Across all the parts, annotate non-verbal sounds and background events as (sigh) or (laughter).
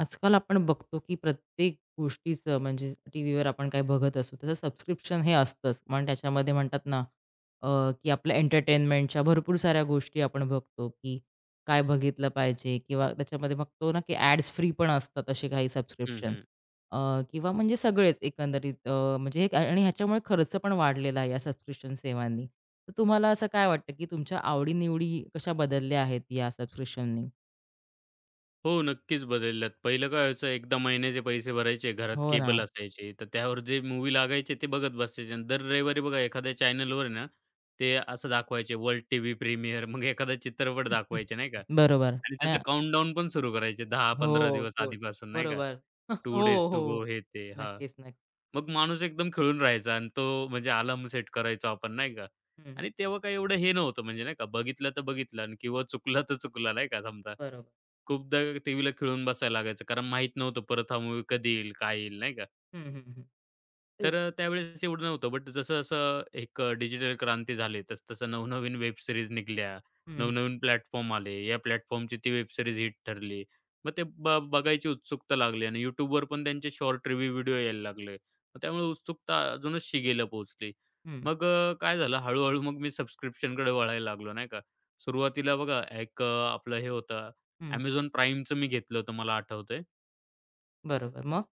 आजकाल आपण बघतो की प्रत्येक गोष्टीचं म्हणजे टी व्हीवर आपण काय बघत असू त्याचं सबस्क्रिप्शन हे असतंच पण त्याच्यामध्ये म्हणतात ना, की आपल्या एंटरटेनमेंटच्या भरपूर साऱ्या गोष्टी आपण बघतो की काय बघितलं पाहिजे किंवा त्याच्यामध्ये बघतो ना की ॲड्स फ्री पण असतात असे काही हं, सबस्क्रिप्शन हं. किंवा म्हणजे सगळेच एकंदरीत, म्हणजे आणि ह्याच्यामुळे खर्च पण वाढलेला आहे या सबस्क्रिप्शन सेवांनी. तर तुम्हाला असं काय वाटतं की तुमच्या आवडीनिवडी कशा बदलल्या आहेत या सबस्क्रिप्शननी? हो, नक्कीच बदलल्यात. पहिलं काय व्हायचं, एकदा महिन्याचे पैसे भरायचे, घरात हो ना. केबल असायची, तर त्यावर जे मूवी लागायचे ते बघत बसायचे आणि दर रविवारी बघा एखाद्या चॅनलवर आहे ना, ते असं दाखवायचे वर्ल्ड टीव्ही प्रीमियर मग एखादा चित्रपट हं, हं. दाखवायचे नाही का बरोबर. आणि त्याचं आणि काउंटडाऊन पण सुरू करायचे 10-15 हो, दिवस तेवढं आधीपासून नाही का, बरोबर. (laughs) 2 हो, डेज टू हो. गो हे ते. हां, नक्कीच, नक्की. मग माणूस एकदम खिळून राहायचा आणि तो म्हणजे अलार्म सेट करायचो आपण नाही का हं, आणि तेव्हा काही एवढं हे नव्हतं म्हणजे नाही का, बघितलं तर बघितलं आणि किंवा चुकला तर चुकला नाही का समजा. बरोबर. खूपदा टीव्हीला खिळून बसायला लागायचं कारण माहीत नव्हतं परत हा मूव्ही कधी येईल, काय येईल, नाही का? हं, हं, हं. तेच. तर त्यावेळेस एवढं नव्हतं. बट जसं-जसं एक डिजिटल क्रांती झाली, तस तसं नवनवीन वेब सीरीज निघाल्या, हं, हं, नवनवीन प्लॅटफॉर्म आले. या प्लॅटफॉर्मची ती वेब सीरीज हिट ठरली. मग ते बघायची उत्सुकता लागली आणि YouTubeवर पण त्यांचे शॉर्ट रिव्ह्यू व्हिडिओ यायला लागले. मग त्यामुळे उत्सुकता अजूनच शिगेला पोहोचली. हं, मग काय झालं हळू मग मी सबस्क्रिप्शनकडे वळायला लागलो, नाही का. सुरुवातीला बघा आपलं हे होतं हं. Amazon Primeचं मी घेतलं होतं मला आठवतंय. बरोबर. मग?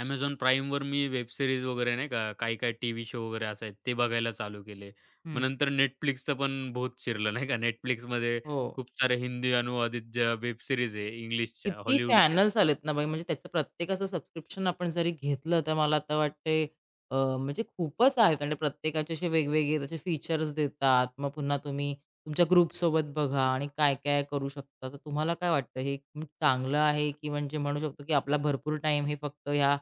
Amazon Primeवर मी वेब सिरीज वगैरे नाही का, काही-काही टीव्ही शो वगैरे असायचे ते बघायला चालू केले. मग हं. नंतर Netflixचं पण बहुत शिरलं नाही का. Netflixमध्ये हो. खूप सारे हिंदी अनुवादित ज्या वेब सीरीज आहे इंग्लिशच्या, किती हॉलिवूडच्या चॅनल्स आलेत ना बाई, म्हणजे त्याचं प्रत्येकाचं सबस्क्रिप्शन आपण जरी घेतलं, तर मला आता वाटतंय, म्हणजे खूपच आहेत आणि प्रत्येकाचे असे वेगवेगळे त्याचे फीचर्स देतात. मग पुन्हा तुम्ही तुमच्या ग्रुपसोबत बघा आणि काय-काय करू शकता. तर तुम्हाला काय वाटतं, हे खूप चांगलं आहे? की म्हणजे म्हणू शकतो, की आपला भरपूर टाईम हे फक्त ह्या,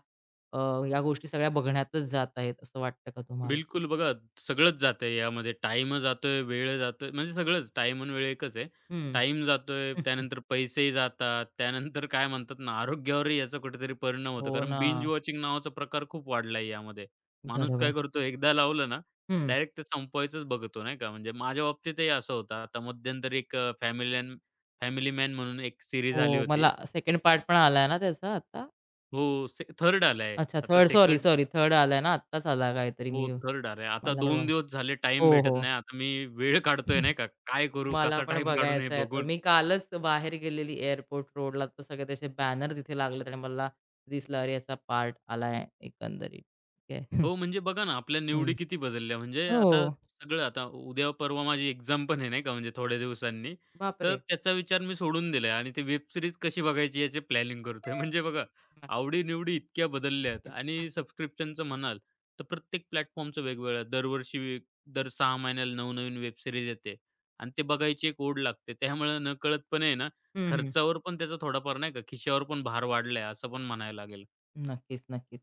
अ, या गोष्टी सगळ्या बघण्यातच जात आहेत, असं वाटतं का तुम्हाला? बिलकुल बघा, सगळंच जातंय यामध्ये. टाईम जातोय, वेळ जातोय, म्हणजे सगळंच. टाईम आणि वेळ एकच आहे. हं. टाईम जातोय, (laughs) त्यानंतर पैसेही जातात, त्यानंतर काय म्हणतात ना, आरोग्यावरही याचा कुठेतरी परिणाम होतो. हो कारण ना. बिंज वॉचिंग नावाचा प्रकार खूप वाढलाय यामध्ये. माणूस बरोबर. काय करतो, एकदा लावलं ना, हं. डायरेक्ट ते संपवायचंच बघतो, नाही का. म्हणजे माझ्या बाबतीतही असं होतं. आता मध्यंतरी एक अ, फॅमिलियन फॅमिली मॅन म्हणून एक सीरीज आली हो, होती. मला सेकंड पार्ट पण आलाय ना त्याचा आता? हो, थर्ड आलाय. अच्छा, आता 3rd, sorry, second sorry, 3rd आलाय ना, आत्ताच आला काहीतरी हो, मी. थर्ड अरे, आता मला पण 2 बघा, दिवस झाले टाईम हो, भेटत हो. नाही. आता मी वेळ काढतोय नाही (laughs) का, काय करू, मला कसा पण टाईम काढून हे बघायचा आहे तो. बघून मी कालच बाहेर गेलेली एअरपोर्ट रोडला, तर सगळे त्याचे बॅनर तिथे लागलेत आणि मला दिसलं, अरे याचा पार्ट आलाय एकंदरीत. ठीक आहे. (laughs) हं. हो, म्हणजे बघा ना, आपल्या हं. निवडी किती बदलल्या. म्हणजे आता हो. सगळं आता उद्या परवा माझी एक्झाम पण आहे नाही का, म्हणजे थोड्या दिवसांनी. तर बापरे! त्याचा विचार मी सोडून दिलाय आणि ते वेब सीरीज कशी बघायची याचे प्लॅनिंग करतोय. (laughs) म्हणजे बघा, हं, आवडी-निवडी इतक्या बदलल्यात हं. आणि सबस्क्रिप्शनचं म्हणाल, तर प्रत्येक प्लॅटफॉर्मचं वेगवेगळं आहे. दर 6 महिन्याला नवनवीन वेब सीरीज येते आणि ते बघायची एक ओढ लागते. त्यामुळे नकळतपणे आहे ना, खर्चावर पण त्याचा थोडाफार नाही का, खिशावर पण भार वाढलाय असं पण म्हणायला लागेल. नक्कीच, नक्कीच.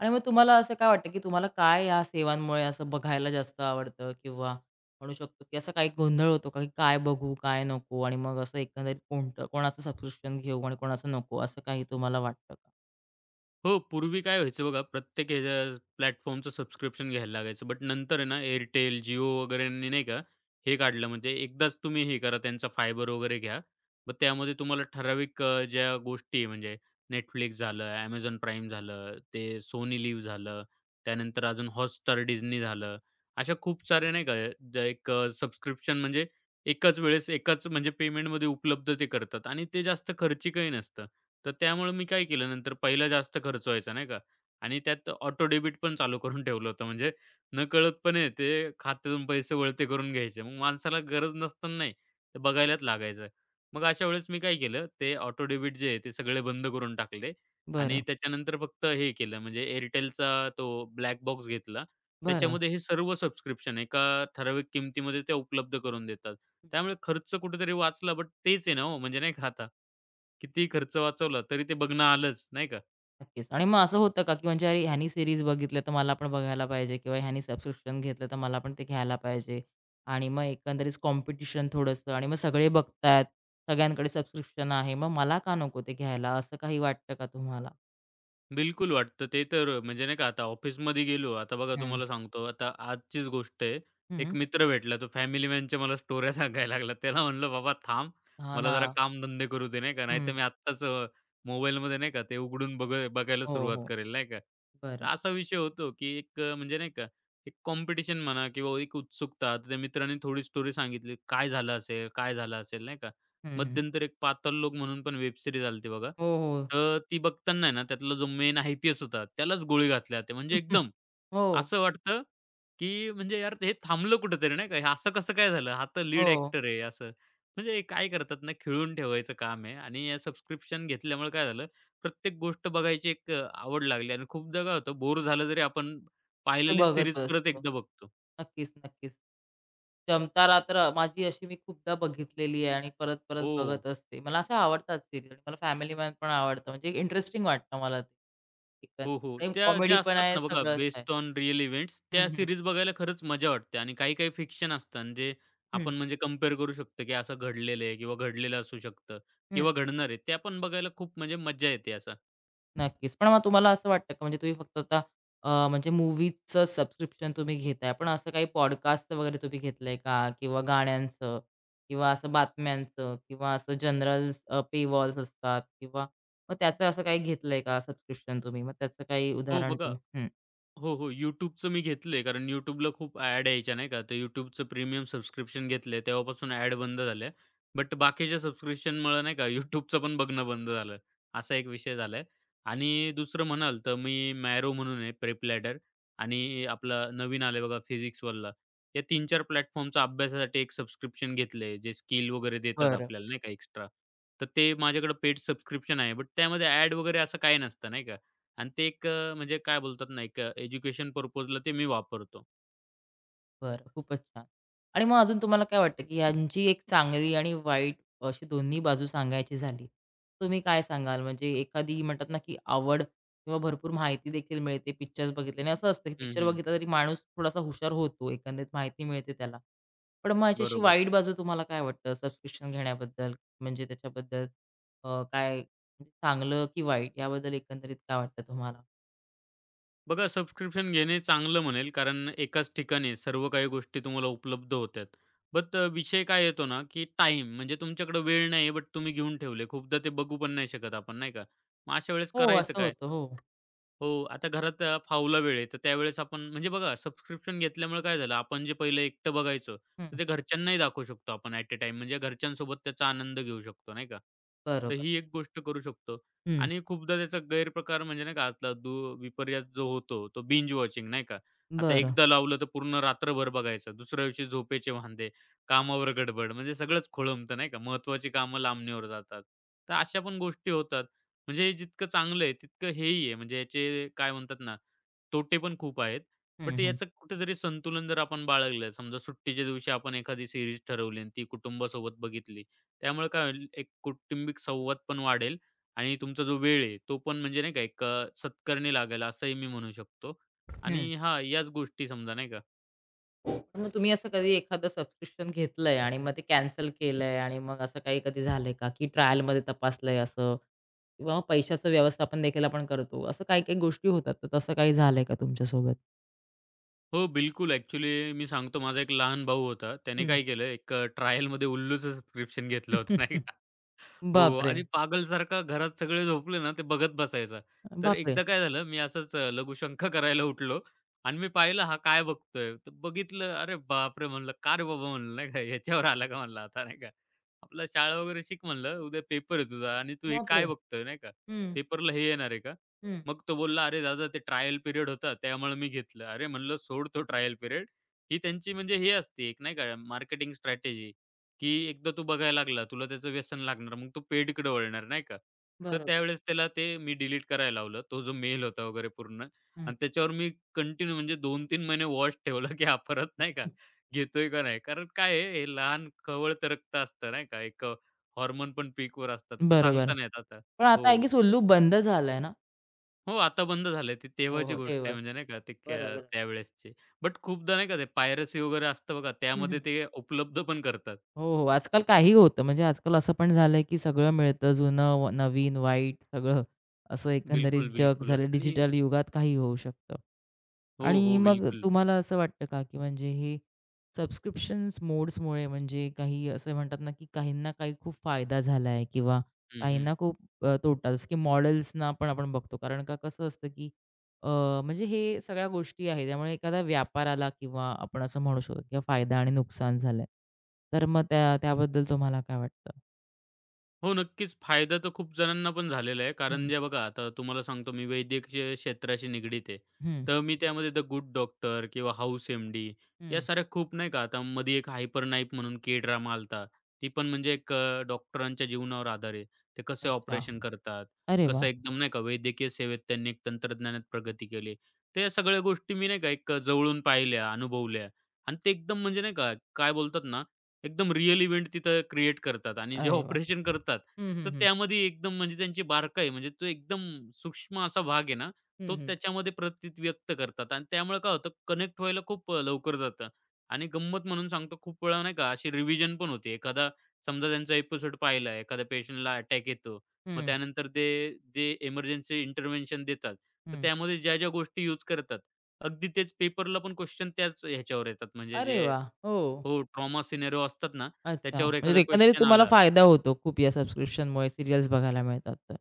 आणि मग तुम्हाला असं काय वाटतं, की तुम्हाला काय या सेवांमुळे असं बघायला जास्त आवडतं? किंवा म्हणू शकतो, की असा काही गोंधळ होतो का, की काय बघू, काय नको? आणि मग असं एकंदरीत कोणतं कोणाचं सबस्क्रिप्शन घेऊ आणि कोणाचं नको, असं काही तुम्हाला वाटतं का? हो, पूर्वी काय व्हायचं बघा, प्रत्येक ह्याच्या प्लॅटफॉर्मचं सबस्क्रिप्शन घ्यायला लागायचं. बट नंतर आहे ना Airtel, Jio वगैरेंनी नाही का, हे काढलं म्हणजे एकदाच तुम्ही हे करा त्यांचा फायबर वगैरे घ्या. मग त्यामध्ये तुम्हाला ठराविक ज्या गोष्टी आहे म्हणजे Netflix झालं, Amazon Prime झालं, ते सोनी Live झालं, त्यानंतर अजून Hotstar, Disney झालं. अशा खूप साऱ्या नाही का ज्या एक सबस्क्रिप्शन म्हणजे एकाच वेळेस एकाच म्हणजे पेमेंटमध्ये उपलब्ध ते करतात आणि ते जास्त खर्चिकही नसतं. तर त्यामुळे मी काय केलं नंतर पहिला जास्त खर्च व्हायचा नाही का आणि त्यात ऑटो डेबिट पण चालू करून ठेवलं होतं. म्हणजे नकळतपणे ते खात्यातून पैसे वळते करून घ्यायचे. मग माणसाला गरज नसतानाही ते बघायलाच लागायचं. मग अशा वेळेस मी काय केलं, ते ऑटो डेबिट जे आहे ते सगळे बंद करून टाकले आणि बरं, त्याच्यानंतर फक्त हे केलं म्हणजे एअरटेलचा तो ब्लॅक बॉक्स घेतला. बरं. त्याच्यामध्ये हे सर्व सबस्क्रिप्शन एका ठराविक किमतीमध्ये ते उपलब्ध करून देतात. त्यामुळे खर्च कुठेतरी वाचला, बट तेच आहे ना हो, म्हणजे नाही का आता, कितीही खर्च वाचवला तरी ते बघणं आलंच, नाही का? नक्कीच. आणि मग असं होतं का, की म्हणजे अरे ह्यानी सीरीज बघितल्या तर मला पण बघायला पाहिजे, किंवा ह्यानी सबस्क्रिप्शन घेतलं तर मला पण ते घ्यायला पाहिजे. आणि मग एकंदरीत कॉम्पिटिशन थोडंसं, आणि मग सगळे बघतायत, सगळ्यांकडे सबस्क्रिप्शन आहे. मग मला का नको ते घ्यायला, असं काही वाटतं का तुम्हाला? बिलकुल वाटतं. ते तर म्हणजे नाही का आता ऑफिसमध्ये गेलो. आता बघा हं. तुम्हाला सांगतो आता आजचीच गोष्ट आहे. एक हं. मित्र भेटला तो फॅमिली मॅनच्या मला स्टोऱ्या (laughs) सांगायला लागला. त्याला म्हणलं, "बाबा थांब, हां मला ना. जरा कामधंदे करू दे." नाही का. नाहीतर हं. मी आत्ताच मोबाईलमध्ये नाही का ते उघडून बघ बघायला हो, सुरुवात हो. करेल नाही का. तर बरं. असा विषय होतो, की एक म्हणजे नाही का एक कॉम्पिटिशन म्हणा किंवा एक उत्सुकता. तर त्या मित्राने थोडी स्टोरी सांगितली. काय झालं असेल? काय झालं असेल? नाही का. हं, हं. मध्यंतर एक पाताल लोक म्हणून पण वेब सीरीज आलती होती बघा. हो, हो. तर ती बघताना आहे ना, त्यातला जो मेन आय-पी-एस होता, त्यालाच गोळी घातली जाते. म्हणजे (laughs) एकदम हो. असं वाटतं, की म्हणजे यार हे थांबलं कुठेतरी नाही का. हे असं कसं काय झालं? हा तर लीड हो. ॲक्टर आहे असं. म्हणजे हे काय करतात ना, खिळवून ठेवायचं काम आहे आणि या सबस्क्रिप्शन घेतल्यामुळे काय झालं, प्रत्येक गोष्ट बघायची एक आवड लागली आणि खूपदा काय होतं, बोर झालं तरी आपण ते पाहिलेली बघत सीरीज परत बसतो. एकदा बघतो. नक्कीच, नक्कीच. जमता रात्र माझी अशी मी खूपदा बघितलेली आहे आणि परत-परत हो. बघत असते. मला अशा आवडतात सिरियल. मला फॅमिली मॅन पण आवडतं. म्हणजे इंटरेस्टिंग वाटतं मला ते. हो, हो. एकंदरीत आणि त्या कॉमेडी ज्या पण असतात आहे, ना बघा सगळंच आहे. बेस्ड ऑन रिअल इव्हेंट्स हं, त्या हं. सीरीज बघायला खरंच मजा वाटते आणि काही-काही फिक्शन असतं आणि जे हं, आपण म्हणजे कंपेअर करू शकतो, की असं घडलेलं आहे किंवा घडलेलं असू शकतं किंवा घडणार आहे. त्या पण बघायला खूप म्हणजे मज़ा येते असा. नक्कीच. पण मग तुम्हाला असं वाटतं का, म्हणजे तुम्ही फक्त आता, म्हणजे मूव्हीचं सबस्क्रिप्शन तुम्ही घेताय. पण असं काही पॉडकास्ट वगैरे तुम्ही घेतलंय का? किंवा गाण्यांचं, किंवा असं बातम्यांचं, किंवा असं जनरल पेवॉल्स असतात, किंवा मग त्याचं असं काही घेतलंय का सबस्क्रिप्शन तुम्ही? मग त्याचं काही हो, उदाहरण बघा तुम्ही, हं. हो, हो. YouTubeचं मी घेतलंय कारण YouTubeला खूप ॲड यायच्या नाही का. तर YouTubeचं प्रीमियम सबस्क्रिप्शन घेतलंय तेव्हापासून ॲड बंद झाल्या. बट बाकीच्या सबस्क्रिप्शनमुळं नाही का YouTubeचं पण बघणं बंद झालं. असा एक विषय झालाय आणि दुसरं म्हणाल तर मी Miro म्हणून आहे प्रेप लॅडर आणि आपला नवीन आलाय बघा फिजिक्सवाला. या 3-4 प्लॅटफॉर्मचा अभ्यासासाठी एक सबस्क्रिप्शन घेतलंय जे स्किल वगैरे देतात बरं. आपल्याला नाही का एक्स्ट्रा. तर ते माझ्याकडे पेड सबस्क्रिप्शन आहे. बट त्यामध्ये ॲड वगैरे असं काही नसतं नाही का. आणि ते एक म्हणजे काय बोलतात ना, एक एज्युकेशन पर्पजला ते मी वापरतो. बरं, खूपच छान. आणि मग अजून तुम्हाला काय वाटतं, की ह्यांची एक चांगली आणि वाईट अशी दोन्ही बाजू सांगायची झाली, तुम्ही काय सांगाल? म्हणजे एखादी म्हणतात ना, की आवड किंवा भरपूर माहिती देखील मिळते पिक्चर्स बघितल्याने. असं असतं, की हं, पिक्चर हं. बघितला तरी माणूस थोडासा हुशार होतो, एकंदरीत माहिती मिळते त्याला. पण मग ह्याची बरोबर. वाईट बाजू तुम्हाला काय वाटतं सबस्क्रिप्शन घेण्याबद्दल? म्हणजे त्याच्याबद्दल, काय म्हणजे चांगलं की वाईट, याबद्दल एकंदरीत काय वाटतं तुम्हाला? बघा सबस्क्रिप्शन घेणे चांगलं म्हणेल, कारण एकाच ठिकाणी सर्व काही गोष्टी तुम्हाला उपलब्ध होत्यात. बट विषय काय येतो ना, की टाईम म्हणजे तुमच्याकडे वेळ नाहीये, बट तुम्ही घेऊन ठेवले. खूपदा ते बघू पण नाही शकत आपण, नाही का? मग अशा वेळेस हो, करायचं असं काय? होतं. हो. हो, आता घरात फावला वेळ आहे, तर त्यावेळेस आपण म्हणजे बघा सबस्क्रिप्शन घेतल्यामुळे काय झालं, आपण जे पहिलं एकटं बघायचो, हं. तर ते घरच्यांनाही दाखवू शकतो आपण ॲट अ टाइम म्हणजे घरच्यांसोबत त्याचा आनंद घेऊ शकतो, नाही का? तर बरोबर. ही एक गोष्ट करू शकतो हं. आणि खूपदा त्याचा गैरप्रकार म्हणजे नाही का आतला विपर्यास जो होतो, तो बिंज वॉचिंग नाही का? आता बरं. एकदा लावलं तर पूर्ण रात्रभर बघायचं. दुसऱ्या दिवशी झोपेचे वांदे, कामावर गडबड म्हणजे सगळंच खोळंबतं, नाही का? महत्त्वाची कामं लांबणीवर जातात. तर अशा पण गोष्टी होतात. म्हणजे हे जितकं चांगलं आहे, तितकं हेही आहे. म्हणजे याचे काय म्हणतात ना, तोटे पण खूप आहेत. बट हं, याचं कुठेतरी संतुलन जर आपण बाळगलं, समजा सुट्टीच्या दिवशी आपण एखादी सीरीज ठरवली आणि ती कुटुंबासोबत बघितली. त्यामुळे काय होईल, एक कौटुंबिक संवाद पण वाढेल आणि तुमचा जो वेळ आहे, तो पण म्हणजे नाही का एक सत्कारणी लागेल असंही मी म्हणू शकतो. हं. आणि हां, याच गोष्टी समजा नाही का पण मग तुम्ही असं कधी एखादं सबस्क्रिप्शन घेतलंय आणि मग ते कॅन्सल केलंय, आणि मग असं काही कधी झालंय का, की ट्रायलमध्ये तपासलंय असं? किंवा मग पैशाचं व्यवस्थापन देखील आपण करतो. असं काही-काही गोष्टी होतात. तर तसं काही झालंय का तुमच्यासोबत? हो, बिलकुल. ॲक्चुअली मी सांगतो, माझा एक लहान भाऊ होता. त्याने हं. काय केलं, एक ट्रायलमध्ये Ullu चं सबस्क्रिप्शन घेतलं होतं नाही (laughs) हो बापरे! आणि पागलसारखा घरात सगळे झोपले ना, ते बघत बसायचा. तर बापरे! एकदा काय झालं, मी असंच लघुशंका करायला उठलो आणि मी पाहिलं हा काय बघतोय. तर बघितलं, अरे बापरे! म्हणलं, "का रे बाबा?" म्हणलं नाही का, "ह्याच्यावर आला का?" म्हणलं, "आता नाही का, आपला शाळा वगैरे शिक" म्हणलं, "उद्या पेपर आहे तुझा आणि तू हे बापरे! काय बघतोय नाही का? हं, पेपरला हे येणार आहे का?" हं. मग तो बोलला, "अरे दादा, ते ट्रायल पिरियड होता, त्यामुळे मी घेतलं." अरे म्हणलं, "सोड तो ट्रायल पिरियड." ही त्यांची म्हणजे हे असते एक नाही का मार्केटिंग स्ट्रॅटेजी. की एकदा तू बघायला लागला, तुला त्याचं व्यसन लागणार. मग तो पेडकडे वळणार, नाही का. तर बरोबर. त्यावेळेस त्याला ते मी डिलीट करायला लावलं. तो जो मेल होता वगैरे पूर्ण हं. आणि त्याच्यावर मी कंटिन्यू म्हणजे 2 तीन महिने वॉच ठेवला, की हा परत नाही का घेतोय का नाही. कारण काय आहे, हे लहान खवळतं रक्त असतं, नाही का. एक हॉर्मोन पण पीकवर असतात, तर बरोबर. सांगता नाही येत आता. पण आता आय हो. गेस उल्लू बंद झालंय ना? हो, आता बंद झालंय. ती हो, तेव्हाची हो. गोष्ट आहे तेव्हा. म्हणजे नाही का ते क्या बरोबर. त्यावेळेसची. बट खूपदा नाही का ते पायरसी वगैरे असतं बघा, त्यामध्ये ते उपलब्ध पण करतात. हो, हो. आजकाल काहीही होतं. म्हणजे आजकाल असं पण झालंय, की सगळं मिळतं. जुनं, नवीन, वाईट सगळं. असं एकंदरीत बिलकुल, जग बिलकुल झालं, आणि डिजिटल युगात काहीही होऊ शकतं. हो, आणि हो. मग बिलकुल. तुम्हाला असं वाटतं का, की म्हणजे हे सबस्क्रिप्शन्स मोड्समुळे, म्हणजे काही असं म्हणतात ना, की काहींना काही खूप फायदा झाला आहे किंवा हं, हं. काहींना खूप, तोटा. जसं की मॉडेल्सना पण आपण बघतो. कारण का कसं असतं, की, म्हणजे हे सगळ्या गोष्टी आहेत. त्यामुळे एखादा व्यापार आला, किंवा आपण असं म्हणू शकतो, किंवा फायदा आणि नुकसान झालंय. तर मग त्या त्याबद्दल तुम्हाला काय वाटतं? हो, नक्कीच. फायदा तर खूप जणांना पण झालेला आहे. कारण हं, जे बघा, आता तुम्हाला सांगतो मी वैद्यकीय क्षेत्राशी निगडीत आहे. हं. तर मी त्यामध्ये द गुड डॉक्टर किंवा हाऊस एम-डी या हं. साऱ्या खूप नाही का, आता मध्ये एक हायपर नाईप म्हणून के ड्रामा आला ती पण म्हणजे एक डॉक्टरांच्या जीवनावर आधार आहे. ते कसे अच्छा. ऑपरेशन करतात, अरे कसं वाह! एकदम नाही का वैद्यकीय सेवेत त्यांनी एक तंत्रज्ञानात प्रगती केली. तर या सगळ्या गोष्टी मी नाही का एक जवळून पाहिल्या, अनुभवल्या आणि ते एकदम म्हणजे नाही का, काय बोलतात ना एकदम रिअल इव्हेंट तिथं क्रिएट करतात आणि जे अरे वाह! ऑपरेशन करतात, हं, तर हं, हं. त्यामध्ये एकदम म्हणजे त्यांची बारकाई म्हणजे तो एकदम सूक्ष्म असा भाग आहे ना, हं, तो हं. त्याच्यामध्ये प्रतीत व्यक्त करतात आणि त्यामुळे काय होतं कनेक्ट व्हायला खूप लवकर जातं आणि गंमत म्हणून सांगतो खूप वेळा नाही का अशी रिव्हिजन पण होते. एखादा समजा त्यांचा एपिसोड पाहिला, एखाद्या पेशंटला अटॅक येतो. मग हं, त्यानंतर ते जे इमर्जन्सी इंटरव्हेन्शन देतात, तर हं. त्यामध्ये ज्या-ज्या गोष्टी यूज करतात, अगदी तेच पेपरला पण क्वेश्चन त्याच ह्याच्यावर येतात म्हणजे अरे जे वाह! हो. हो, ट्रॉमा सिनेरिओ असतात ना, अच्छा. त्याच्यावर एखादा म्हणजे एकंदरीत क्वेश्चन तुम्हाला आला. फायदा होतो खूप, या सबस्क्रिप्शनमुळे सीरियल्स बघायला मिळतात तर.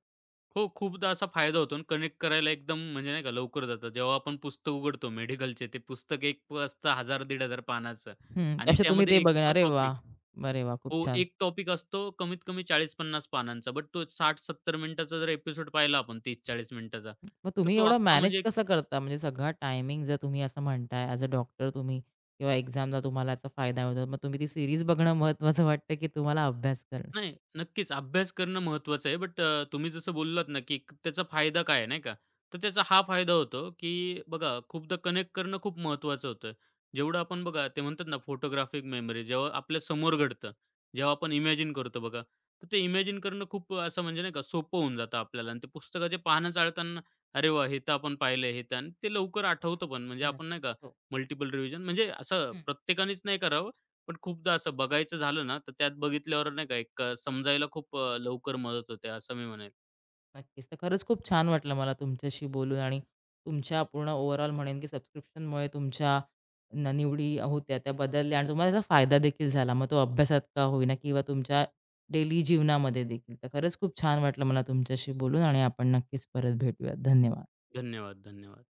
हो, खूपदा असा फायदा होतो आणि कनेक्ट करायला एकदम म्हणजे नाही का लवकर जातं. जेव्हा आपण पुस्तक उघडतो मेडिकलचे, ते पुस्तक असतं 1,000-1,500 पानाचं हं. आणि असे तुम्ही ते त्यामध्ये एक बघणार. तो अरे वाह! टॉपिक अरे वाह! खूप हो, छान. एक टॉपिक असतो कमीत कमी 40-50 पानांचा. बट तो 60-70 मिनिटाचा जर एपिसोड पाहिला आपण 30-40 मिनिटाचा, मग तर तुम्ही तो एवढं अख्खा मॅनेज म्हणजे कसं करता? म्हणजे सगळा टायमिंग जर तुम्ही असं म्हणताय, ॲज अ डॉक्टर तुम्ही किंवा एक्झामला तुम्हाला याचा फायदा होतो. मग तुम्ही ती सीरीज बघणं महत्त्वाचं वाटतं, की तुम्हाला अभ्यास करणं? नाही, नक्कीच अभ्यास करणं महत्त्वाचं आहे. बट तुम्ही जसं बोललात ना, त्याचा फायदा काय आहे, नाही का? तर त्याचा हा फायदा होतो, की बघा खूपदा कनेक्ट करणं खूप महत्त्वाचं होतं. जेवढं आपण बघा ते म्हणतात ना, फोटोग्राफिक मेमरी जेव्हा आपल्या समोर घडतं, जेव्हा आपण इमॅजिन करतो बघा, तर ते इमॅजिन करणं खूप असं म्हणजे नाही का सोपं होऊन जातं आपल्याला आणि ते पुस्तकाच्या पानं चाळताना, "अरे वाह! हे तर आपण पाहिलंय, हे तर" आणि ते लवकर आठवतं पण. म्हणजे नाही. आपण नाही का हो. मल्टिपल रिव्हिजन म्हणजे असं हं. प्रत्येकानेच नाही करावं. पण खूपदा असं बघायचं झालं ना, तर त्यात बघितल्यावर नाही का एक समजायला खूप लवकर मदत होते असं मी म्हणेल. नक्कीच. तर खरंच खूप छान वाटलं मला तुमच्याशी बोलून. आणि तुमच्या पूर्ण ओव्हरऑल म्हणेन, की सबस्क्रिप्शनमुळे तुमच्या निवडी होत्या त्या बदलल्या, आणि तुम्हाला त्याचा फायदा देखील झाला. मग तो अभ्यासात का होईना, किंवा तुमच्या डेली जीवनामध्ये देखील. तर खरंच खूप छान वाटलं मला तुमच्याशी बोलून, आणि आपण नक्कीच परत भेटूयात. धन्यवाद. धन्यवाद, धन्यवाद.